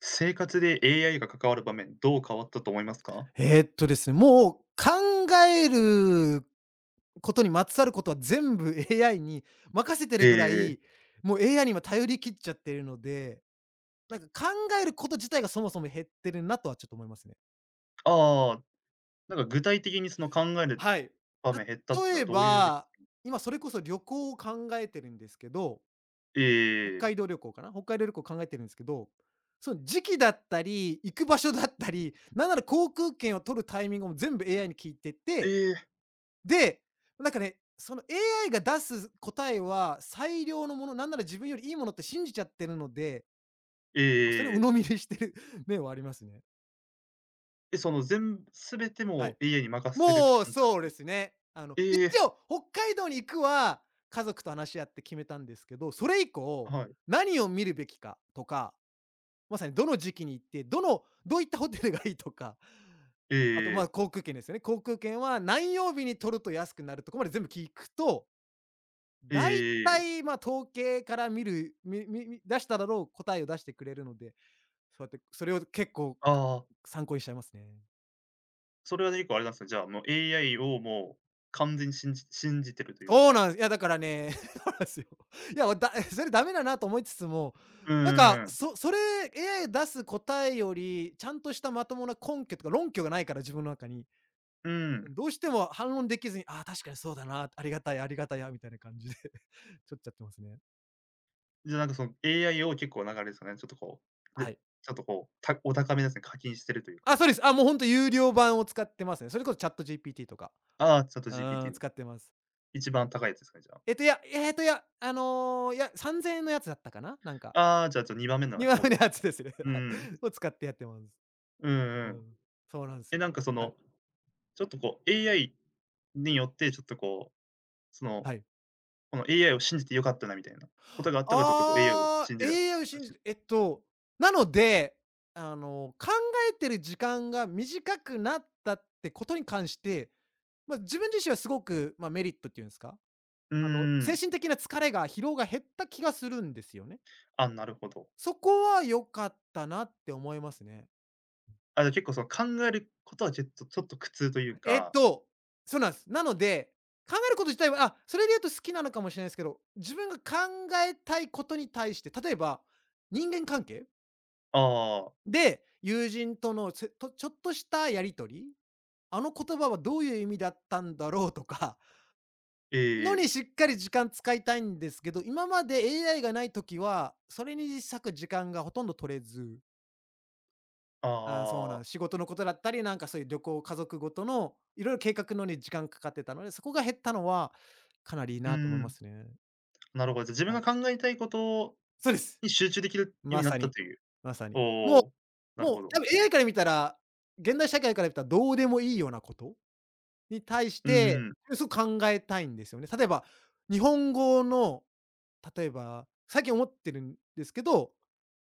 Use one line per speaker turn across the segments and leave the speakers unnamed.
生活で AI が関わる場面、どう変わったと思いますか？
ですね、もう考えることにまつわることは全部 AI に任せて
え
る
え、
ぐら
え
い、
え。
もう AI に今頼り切っちゃってるので、なんか考えること自体がそもそも減ってるなとはちょっと思いますね。
ああ、なんか具体的にその考える
はい。
場面減ったっての
例
は
え
どういう時。
ば、今それこそ旅行を考えてるんですけど、
ええ
北海道旅行考えてるんですけど、その時期だったり、行く場所だったり、なんなら航空券を取るタイミングも全部 AI に聞いて
えええ
て、
え。ええ。
で、なんかね、その AI が出す答えは最良のもの、なんなら自分よりいいものって信じちゃってるので、
ええ
なんかそれを
え
鵜
え
呑み
え。
にしてる 面はありますね。
その全て
は
も
い。
AI に任せるって
もう
感じなんす
そう
か
で
ね？
すね。一
ええ、
応北海道に行くは家族と話し合って決めたんですけど、それ以降、
はい。
何を見るべきかとか、まさにどの時期に行って、どういったホテルがいいとか、
え
あと、
ええ
ま
え。
あ、航空券ですよね。航空券は何曜日に取ると安くなるとこまで全部聞くと
ええ
大
ええええ。
体、まあ、統計から見るみみみ出しただろう答えを出してくれるので、そうやってそれを結構
ああ、
参考にしちゃいますね。
それは結構あれなんすね、じゃあ、もう AI をもう完全に信じてるという
そうな
か。
んす、だからね、そうなんすよ。いや、それダメだなと思いつつも、
うん
なん
う
か、
んうん。
それ AI 出す答えより、ちゃんとしたまともな根拠とか論拠がないから、自分の中に。
うん。
どうしても反論できずに、ああ、確かにそうだな、ありがたやありがたやみたいな感じで、取っちゃってますね。
じゃ、なんかその AI を結構なんかあれですかね、ちょっとこう、で、
は
ち
い。
ょっとこう、たお高めですね、課金してるというか。
あ、そうです。あ、もうほんと有料版を使ってますね。それこそ ChatGPT とか。
ああ、
うーん、
ChatGPT の
使ってます。
一番高いやつですかね、じゃあ。
3000円のやつだったかな、なんか。
ああ、じゃあ、ちょ2番目の
2万
方
円
で
の
す
や
ね。
つですね。
う
はい。
ん。
を使ってやってます。
うん
う
うん。
ん。そうなんです
え、
よ。
なんかそ
はい。
の、ちょっとこう AI によってちょっとこう、その、
はい。
この AI を信じて良かったなみたいなこと
あ
があったから、ちょっとこう AI を
あ、
信じたら
AI を信
し
じ
い。
てなので、考えてる時間が短くなったってことに関して、まあ、自分自身はすごく、まあ、メリットっていうんですか、
うー
あの、精
ん。
神的な疲労が減った気がするんですよね。
あ、なるほど。
そこは良かったなって思いますね。
あ、じゃあ結構その考えることはちょっとちょっと苦痛という
えっ
か。
と、そうなんです。なので、考えること自体は、あ、それで言うと好きなのかもしれないですけど、自分が考えたいことに対して、例えば、人間関係
ああ、
で、友人とのちょっとしたやり取り、あの言葉はどういう意味だったんだろうとか、
ええ
の
え
に
え。
しっかり時間使いたいんですけど、今まで AI がない時は、それに割く時間がほとんど取れず、
あ
ああ、そうなん
あ、
です、仕事のことだったり、なんかそういう旅行、家族ごとのいろいろ計画のに時間かかってたので、そこが減ったのはかなりいい
うー
なと思いま
ん。
すね。
なるほど、じゃ、自分
は
が
い。
考えたいこと
そうです。
に集中できるように
ま
なっ
さ
た
に。
という。
まさに。
おお、なる
も
ほ
う
ど。
多分 AI から見たら、現代社会から見たらどうでもいいようなことに対し
う
て、
ん。
すごく考えたいんですよね。例えば、日本語の例えば、最近思ってるんですけど、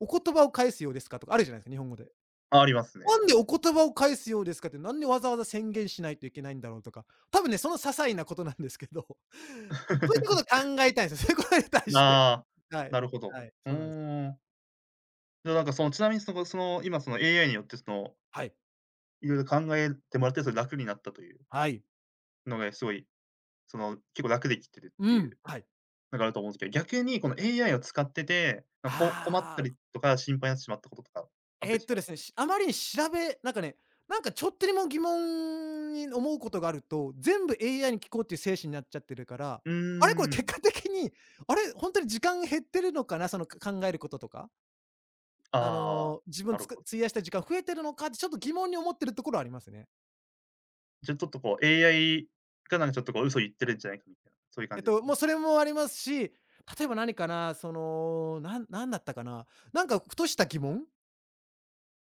お言葉を返すようですかとかあるじゃないですか、日本語で。
あ、あります
な
ね。
んでお言葉を返すようですかって、なんでわざわざ宣言しないといけないんだろうとか、多分ね、その些細なことなんですけど、そういったこと 考えたいんですよ。そういうことに対して。
ああ、
はい、
なるほど。
はい、
う
そうなんです。
ーん。じゃ、なんかその、ちなみに、今その AI によってその、
はい、
いろいろ考えてもらって、それ楽になったという
はい、
のがすごい、その、結構楽できてるって
う
い
ん、
う
はい。
のがあると思うんですけど、逆にこの AI を使ってて、なんかこ困った
あ
り
あ、
とか、心配になってしまったこととかあっ
え
たり
っ
し
と
ま
で
す
すね、
かね？
しあまりに調べなんかね、なんかちょっとでも疑問に思うことがあると、全部 AI に聞こうっていう精神になっちゃってるから、
う
あれ、これ
ー
結
ん。
果的に、あれ、ほんとに時間減ってるのかな、その、考えることとか。あ
ああ、
の、自
な
分つ
る
く
ほど。
費やした時間増えてるのかってちょっと疑問に思ってるところはありますね。
じゃ、ちょっとこう AI がなんかちょっとこう嘘言ってるんじゃないかみたいな、そういう感じですかね。
もうそれもありますし、例えば何かな、その、なんなんだったかな、なんかふとした疑問？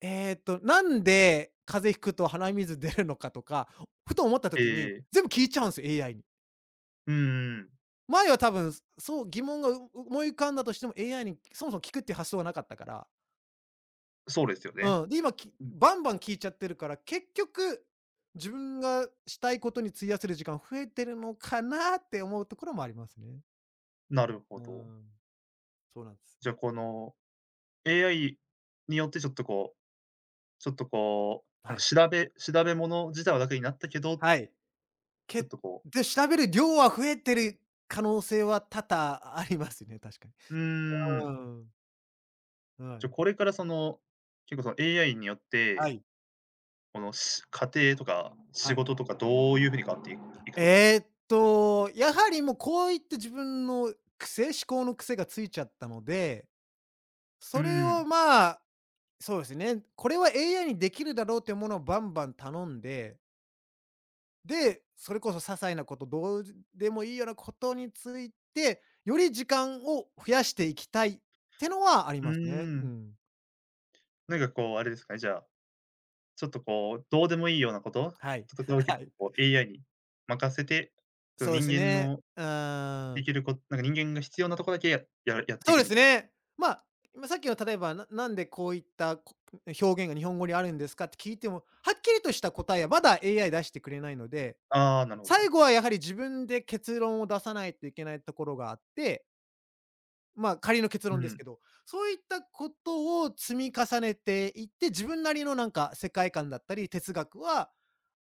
えっと、なんで風邪ひくと鼻水出るのかとか、ふと思った
え
時に、
え。
全部聞いちゃうんですよ、AI に。
うんうん。
前は多分、そう、疑問が思い浮かんだとしても AI にそもそも聞くっていう発想がなかったから、
そうですよね。
うん、で、
うん、
バンバン聴いちゃってるから、結局、自分がしたいことに費やせる時間増えてるのかなって思うところもありますね。
なるほ
う
ど。
ん、そうなんです。
じゃ、この AI によってちょっとこうちょっとこう、な
は
んか
い。
調べ物自体は楽になったけど、
はい。
ちょっ
け
とこ
で、調べる量は増えてる可能性は多々ありますね、確かに。
う、うー
う
ん、
ん、は
じゃ、
い。
これからその、結構その AI によっ
は
て、
い、
このし家庭とか仕
はい。
事とかどういう風に変わっていくと思います？
やはりもうこういった自分の癖思考の癖がついちゃったので、
う
それを
ん。
まあ、そうですね。これは AI にできるだろうっていうものをバンバン頼んで、で、それこそ些細なこと、どうでもいいようなことについて、より時間を増やしていきたいってのはあり
うー
ますね。う
ん。
ん。
なんかこうあれですかね、じゃあちょっとこう、どうでもいいようなこと
はい。
とかを 結
はい。
構こう AI に任せて、ちょっ
そ
と
うで
人
す
間
ね。
の
うー
で
ん。
きるこなんか人間が必要なとこだけややってい
そう
く
で
み
す
たいな。
ね。まあ、今さっきの例えば、なんでこういった表現が日本語にあるんですかって聞いても、はっきりとした答えはまだ AI 出してくれないので、
ああ、なるほど。
最後はやはり自分で結論を出さないといけないところがあって、まあ、仮の結
う
論です
ん。
けど、そういったことを積み重ねていって、自分なりのなんか世界観だったり、哲学は、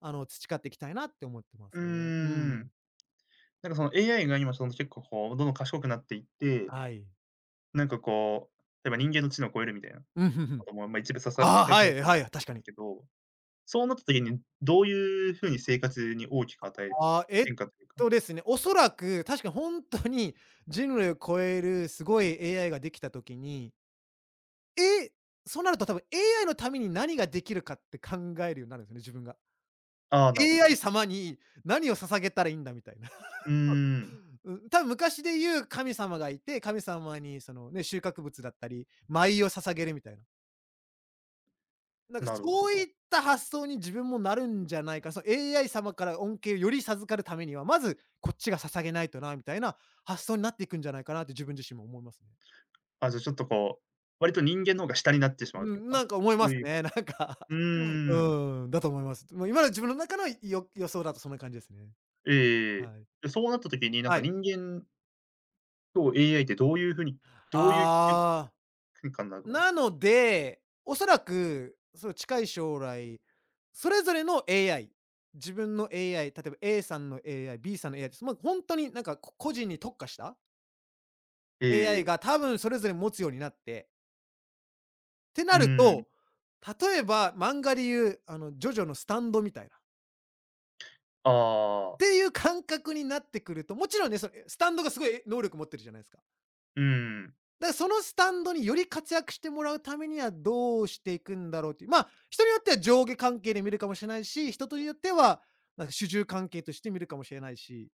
あの、培っていきたいなって思ってま
うー
すね。う
ん。
ん。
なんかその AI が今その結構こう、どんどん賢くなっていって、
はい。
なんかこう、例えば人間の知能を超えるみたいな
うん、ふんふ
こ
ん。
とも、まあ、一部ささ
ああ、
やく
は
なっ
い
てる
は
と
い、
思う
確
ん
か
です
に。
けど、そうなった時にどういうふうに生活に大きく与え
ああ、えっ
変化というか。
とですね、おそらく確かにほんとに人類を超えるすごい AI ができた時に、え、そうなると多分 AI のために何ができるかって考えるようになるんですよね、自分が。
ああ、なるほど。
AI 様に何を捧げたらいいんだみたいな。
うーん、
うん、多分昔で言う神様がいて、神様にそのね、収穫物だったり、舞を捧げるみたいな。なんか
なるほ
そう
ど。
いった発想に自分もなるんじゃないか、その AI 様から恩恵をより授かるためには、まずこっちが捧げないとな、みたいな発想になっていくんじゃないかなって自分自身も思いますね。
あ、じゃあちょっとこう、割と人間の方が下になってしまう
う
という
ん、
か、
なんか思い
そ
ま
う
す
いう、
ね。なんか、
う ーん、
うん、だと思います。もう今の自分の中の予想だとそんな感じですね。
ええええええ。
はい。
で、そうなった時に、なん
は
か
い。
人間と AI ってどういう風にどういう
ああ。
変化になると思いま
な
す？
ので、おそらく、その近い将来、それぞれの AI、自分の AI、例えば A さんの AI、B さんの AI って、もう本当になんか、個人に特化した
ええ
AI
え
が
え。
多分それぞれ持つようになって、って
う
なる
ーん。
と、例えば漫画でいう、あの、ジョジョのスタンドみたいな、っ
ああ、
ていう感覚になってくると、もちろんね、その、え、スタンドがすごい能力持ってるじゃないですか。
うん。
そのスタンドにより活躍してもらうためにはどうしていくんだろうっていう、まあ、人によっては上下関係で見るかもしれないし、人によっては、なんか主従関係として見るかもしれないし、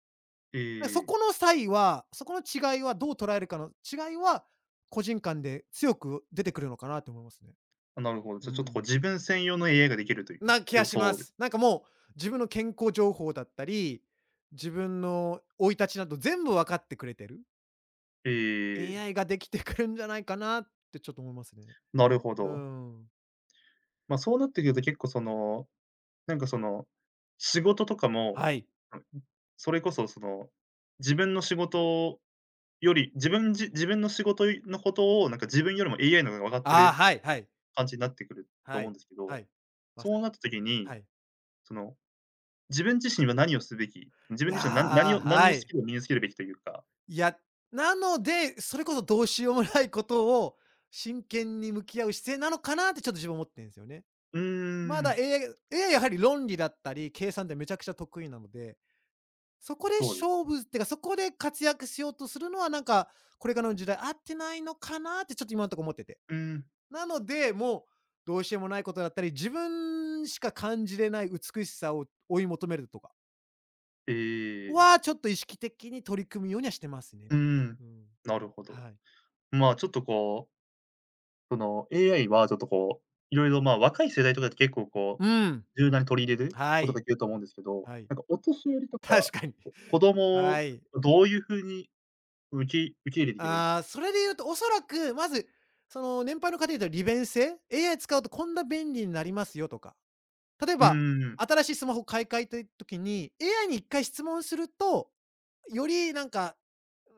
ええええ。
そこの違いはどう捉えるかの違いは、個人間で強く出てくるのかなと思いますね。
あ、なるほど。じ
う
ゃあちょっとこう
ん。
自分専用の AI ができるという
な気が
予
しま
想で。
す。なんかもう、自分の健康情報だったり、自分の生い立ちなど全部分かってくれてる。
ええええええ。
AI ができてくるんじゃないかなってちょっと思いますね。
なるほ
う
ど。
ん。
ま、そうなってくると結構その、なんかその、仕事とかも、
はい。
うん、それこそその、自分の仕事より、自分じ自分の仕事のことを、なんか自分よりも AI の方が分かって
ああ、
る
はいはい。
感じになってくると
は
思うん
い。
ですけ
は
ど、
い。まさ
そ
に。
うなった時に、
はい。
その、自分自身は何をすべき、自
い
分
や、
自身は何何を何
は
のス
い。
キルを身につけるべきというか、
いや、なので、それこそどうしようもないことを真剣に向き合う姿勢なのかなってちょっと自分思ってんすよね。
うー
まだ
ん、
AI やはり論理だったり、計算ってめちゃくちゃ得意なので、そこで
そうです
勝
ね。
負ってか、そこで活躍しようとするのはなんか、これからの時代合ってないのかなってちょっと今んとこ思ってて。
うーん、
なので、もうどうしようもないことだったり、自分しか感じれない美しさを追い求めるとか
ええ、
は、ちょっと意識的に取り組むようにはしてますね。
うーん、
うん。
なるほど。
はい。
まあ、ちょっとこう、その AI はちょっとこう、いろいろ、まあ、若い世代とかって結構こ
うん。
う、柔軟に取り入れる
は
ことが
い。
できると思うんですけど、
はい。
なんかお年寄りと か、
確かに。
こ子供
は
を
い。
どういう風にうち受け入れていけばいいと。
ああ、それで言うと、おそらく、まず、その、年配の方で言うと利便性、AI 使うとこんな便利になりますよとか。例え
うー
ば、
ん、
新しいスマホ買い替えたい時に、AI に一回質問するとよりなんか、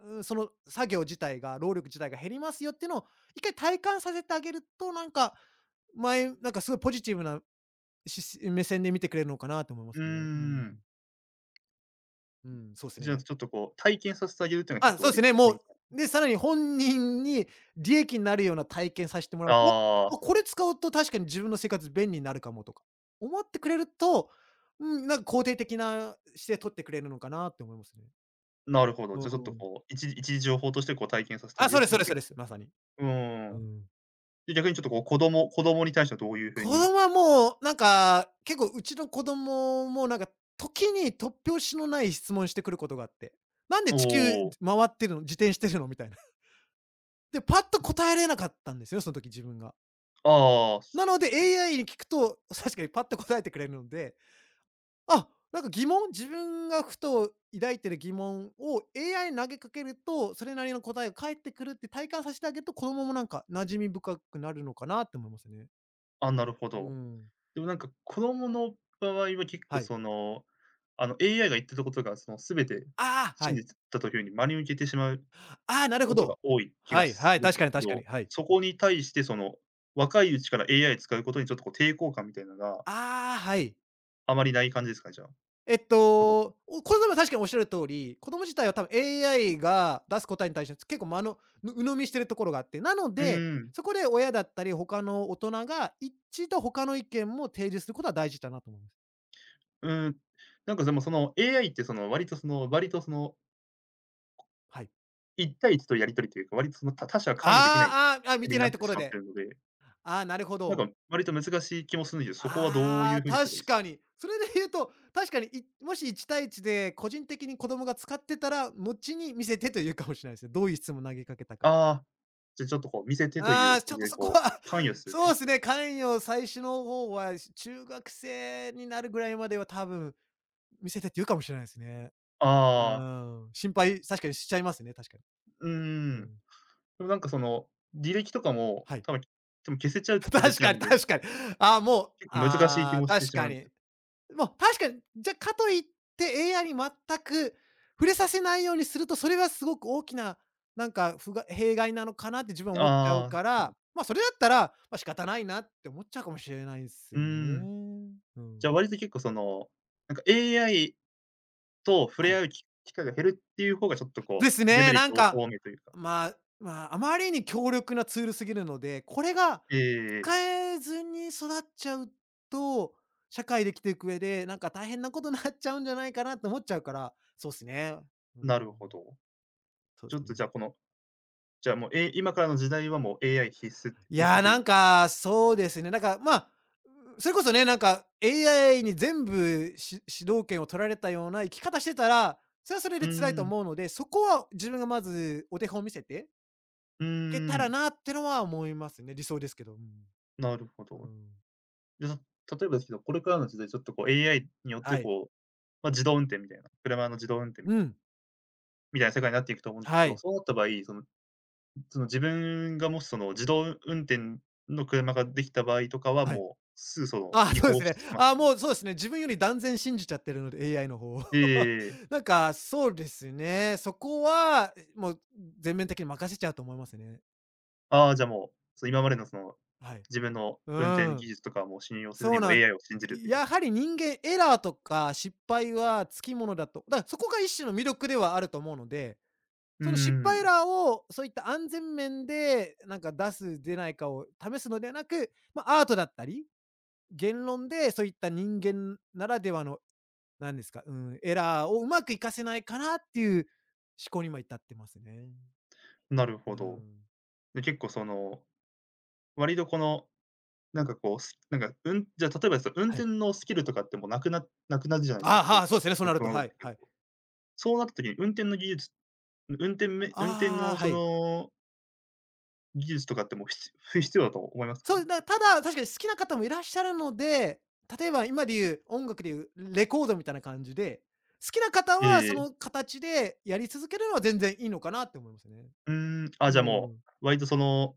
うん、その作業自体が労力自体が減りますよっていうのを一回体感させてあげると、なんか、前なんかすごいポジティブな目線で見てくれるのかなと思いま
う
す
ー
ね。う
ん。
ん。うん、そうです
じゃあ、
ね。
ちょっとこう、体験させてあげるっていうのがちょっ
あ、
と
そうで
割
す
と
ね、
ポ
も
イント。
う、で、さらに本人に利益になるような体験させてもらうと、「お、
あ
あ、
あ、
これ使うと確かに自分の生活便利になるかも」とか、思ってくれると、うん、なんか肯定的な姿勢取ってくれるのかなって思いますね。
なるほど。
う
じゃ、あちょっと
ん。
こう、一時一時情報としてこう体験させてあ
あ、
げる
そ
っ
うです
ていう
そう
のが
ですそう
結
です。
構。
まさに。
う
う
ーん。
ん。
で、逆にちょっとこう、子供子供に対してはどういう風
子
に。
供はもう、なんか、結構うちの子供もなんか、時に突拍子のない質問してくることがあって、「なんで
お
地球
お、
回ってるの？自転してるの？」みたいな。で、パッと答えれなかったんですよ、その時自分が。
ああ、
な
す
ので
す、
AI に聞くと、確かにパッと答えてくれるので、あ、なんか疑問自分がふと抱いてる疑問を AI に投げかけると、それなりの答えが返ってくるって体感させてあげると、子供もなんか馴染み深くなるのかなって思いますね。
あ、なるほ
うー
ど。
ん。
でもなんか子供の場合は結構
はい。
その、あの、AI が言ってたことがその全て
ああ、は
真
い。
実だというふうに真に受けてしまう
ああ、なるほ
ことが
ど。
多い気が
はい
す
はい、
るん
確
で
か
す
に
け
確かに、
ど、
はい。
そこに対してその、若いうちから AI 使うことにちょっとこう抵抗感みたいなのが
ああ、はい。
あまりない感じですかね？じゃあ、こど、
これでも確かにおっしゃる通り、子供自体は多分 AI が出す答えに対して、結構まのぬ鵜呑みしてるところがあって、なの
う
で、
ーん、
そこで親だったり、他の大人が一度他の意見も提示することは大事だなと思います。
うーん。なんかでもその AI ってその割とその割とその
はい。
1対1とやり取りというか、割とその他他者関与できない
あーああ、
仕
あ、見
組み
て
に
な
な
い
っ
と
て
こ
し
ろ
まって
で。
るので、
ああ、なるほ
なん
ど。
か割と難しい気もするんですけど、そこはどうい
あ
う
あ、
風にし
確
たらいいす。
かに。それで言うと、確かに、もし1対1で個人的に子供が使ってたら、後に見せてというかもしれないですね。どういう質問投げかけたか。
ああ、じゃ、ちょっとこう見せてとい
あ
う
あ、
感
ちょっ
じ
と
で
そこ
こう、
は、
関与 するとい
そう
う。
ですね、関与最初の方は、中学生になるぐらいまでは多分、見せてって言うかもしれないですね。う
ああ、
ん、心配、確かにしちゃいますね、確か
うー
に。う
ん。
ん。
でもなんかその、履歴とかも、
はい。
多分、でも消せちゃうって 消せ
確
ちゃう
かに
んで、
確かに。ああ、もう、
結構難しい気
ああ、
もして
確
しまう
か
んです
に。
よ。
もう確かに、じゃあかといって AI に全く触れさせないようにすると、それはすごく大きな、なんか弊害なのかなって自分は思っちゃ
あ
う
あ、
か
なるほ
ら、
ど。
ま、それだったら、ま、仕方ないなって思っちゃうかもしれないです
うー
ね。
ん。
う
じ
ん。
ゃあ割と結構その、なんか AI と触
は
れ
い。
合うき機会が減るっていう方がちょっと
で
こ
す
う、デメ
ね、
リッ
なん
ト
か、
多めというか。
まあ、まあ、あまりに強力なツールすぎるので、これが
ええ。
使えずに育っちゃうと、社会で生きていく上で、なんか大変なことになっちゃうんじゃないかなって思っちゃうから、そうっすね。う
なる
ん。
ほど。
そう
ちょ
です
っと
ね。
じゃあこの、じゃあもう、え今からの時代はもう AI 必須
い
必
や
須
ー、
とい
な
う
ん
か。
か、そうですね。なんか、まあ、それこそね、なんか、AI に全部主導権を取られたような生き方してたら、それはそれ
う
で辛い
ー
と
ん、
思うので、そこは自分がまずお手本を見せて
うー
いけたら
ん、
なってのは思いますね。理想ですけど。うん。
なるほ
う
ど。
ん。
じゃあ、例えばですけど、これからの時代ちょっとこう AI によって
はい。
こう、まあ、自動運転みたいな、車の自動運転みた
う
いな
ん。
みたいな世界になっていくと思うんですけ
は
ど、
い。
そうなった場合、その、その自分がもしその自動運転の車ができた場合とかは、
はい。
もうすぐその
あ
移
そうで
行
す
し
ね。
ます
あ
かね？
もうそうですね。自分より断然信じちゃってるので、AI の方を。
えええええ え。
なんか、そうですね。そこは、もう全面的に任せちゃうと思いますね。
ああ、じゃあもう、その今までのその、
はい。
自分の
う
運転
ん、
技術とかはもう信用せず
そ
に、
う
もう
なん
AI を信じると
い
いう。
やはり人間エラーとか失敗はつきものだと。だからそこが一種の魅力ではあると思うので、
うー
その失敗エ
ん、
ラーをそういった安全面でなんか出す出ないかを試すのではなく、まあ、アートだったり、言論でそういった人間ならではの、なんですか、うん、エラーをうまく活かせないかなっていう思考に今至ってますね。
なる
う
ほど。
ん。
で、結構その、割とこの、なんかこう、すなんか、うん、じゃあ例えばその運
は
転
い。
のスキルとかってもうなくななくなるじゃないですか、
ああ、
そう
は
いっ
あ、
た、
そう
そ
ですね、そう
う、
なる
そう
と、
なっ
は
て
い
く
は
る
い。
と。そうなった時に運転の技術運転め運転
ああ、
の
は
そ
い。
の技術とかってもうひつ不必要だと思いますか
そ
ね？
う、
じ
だ
ゃ、
ただ、確かに好きな方もいらっしゃるので、例えば今で言う、音楽で言うレコードみたいな感じで、好きな方
ええ
はそ
え
の
え。
形でやり続けるのは全然いいのかなって思いますね。
うーん、あ、じゃ
う
あも
ん。
う、割とその、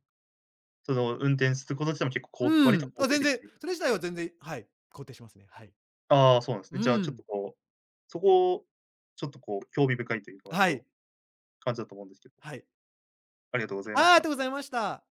その運転すること自体も結構、こう
う
割と
ん。
肯
あ、
定
全
的
然、
という。
それ自体は全然、はい、肯定しますね。はい。
ああ、そうなんですね。
う
じゃあちょっ
ん。
とこう、そこ、ちょっとこう興味深いというか、割
は
と
い。
感じだと思うんですけど、
はい。
ありがとうございまし
ああ、ありが
た。
とうございました。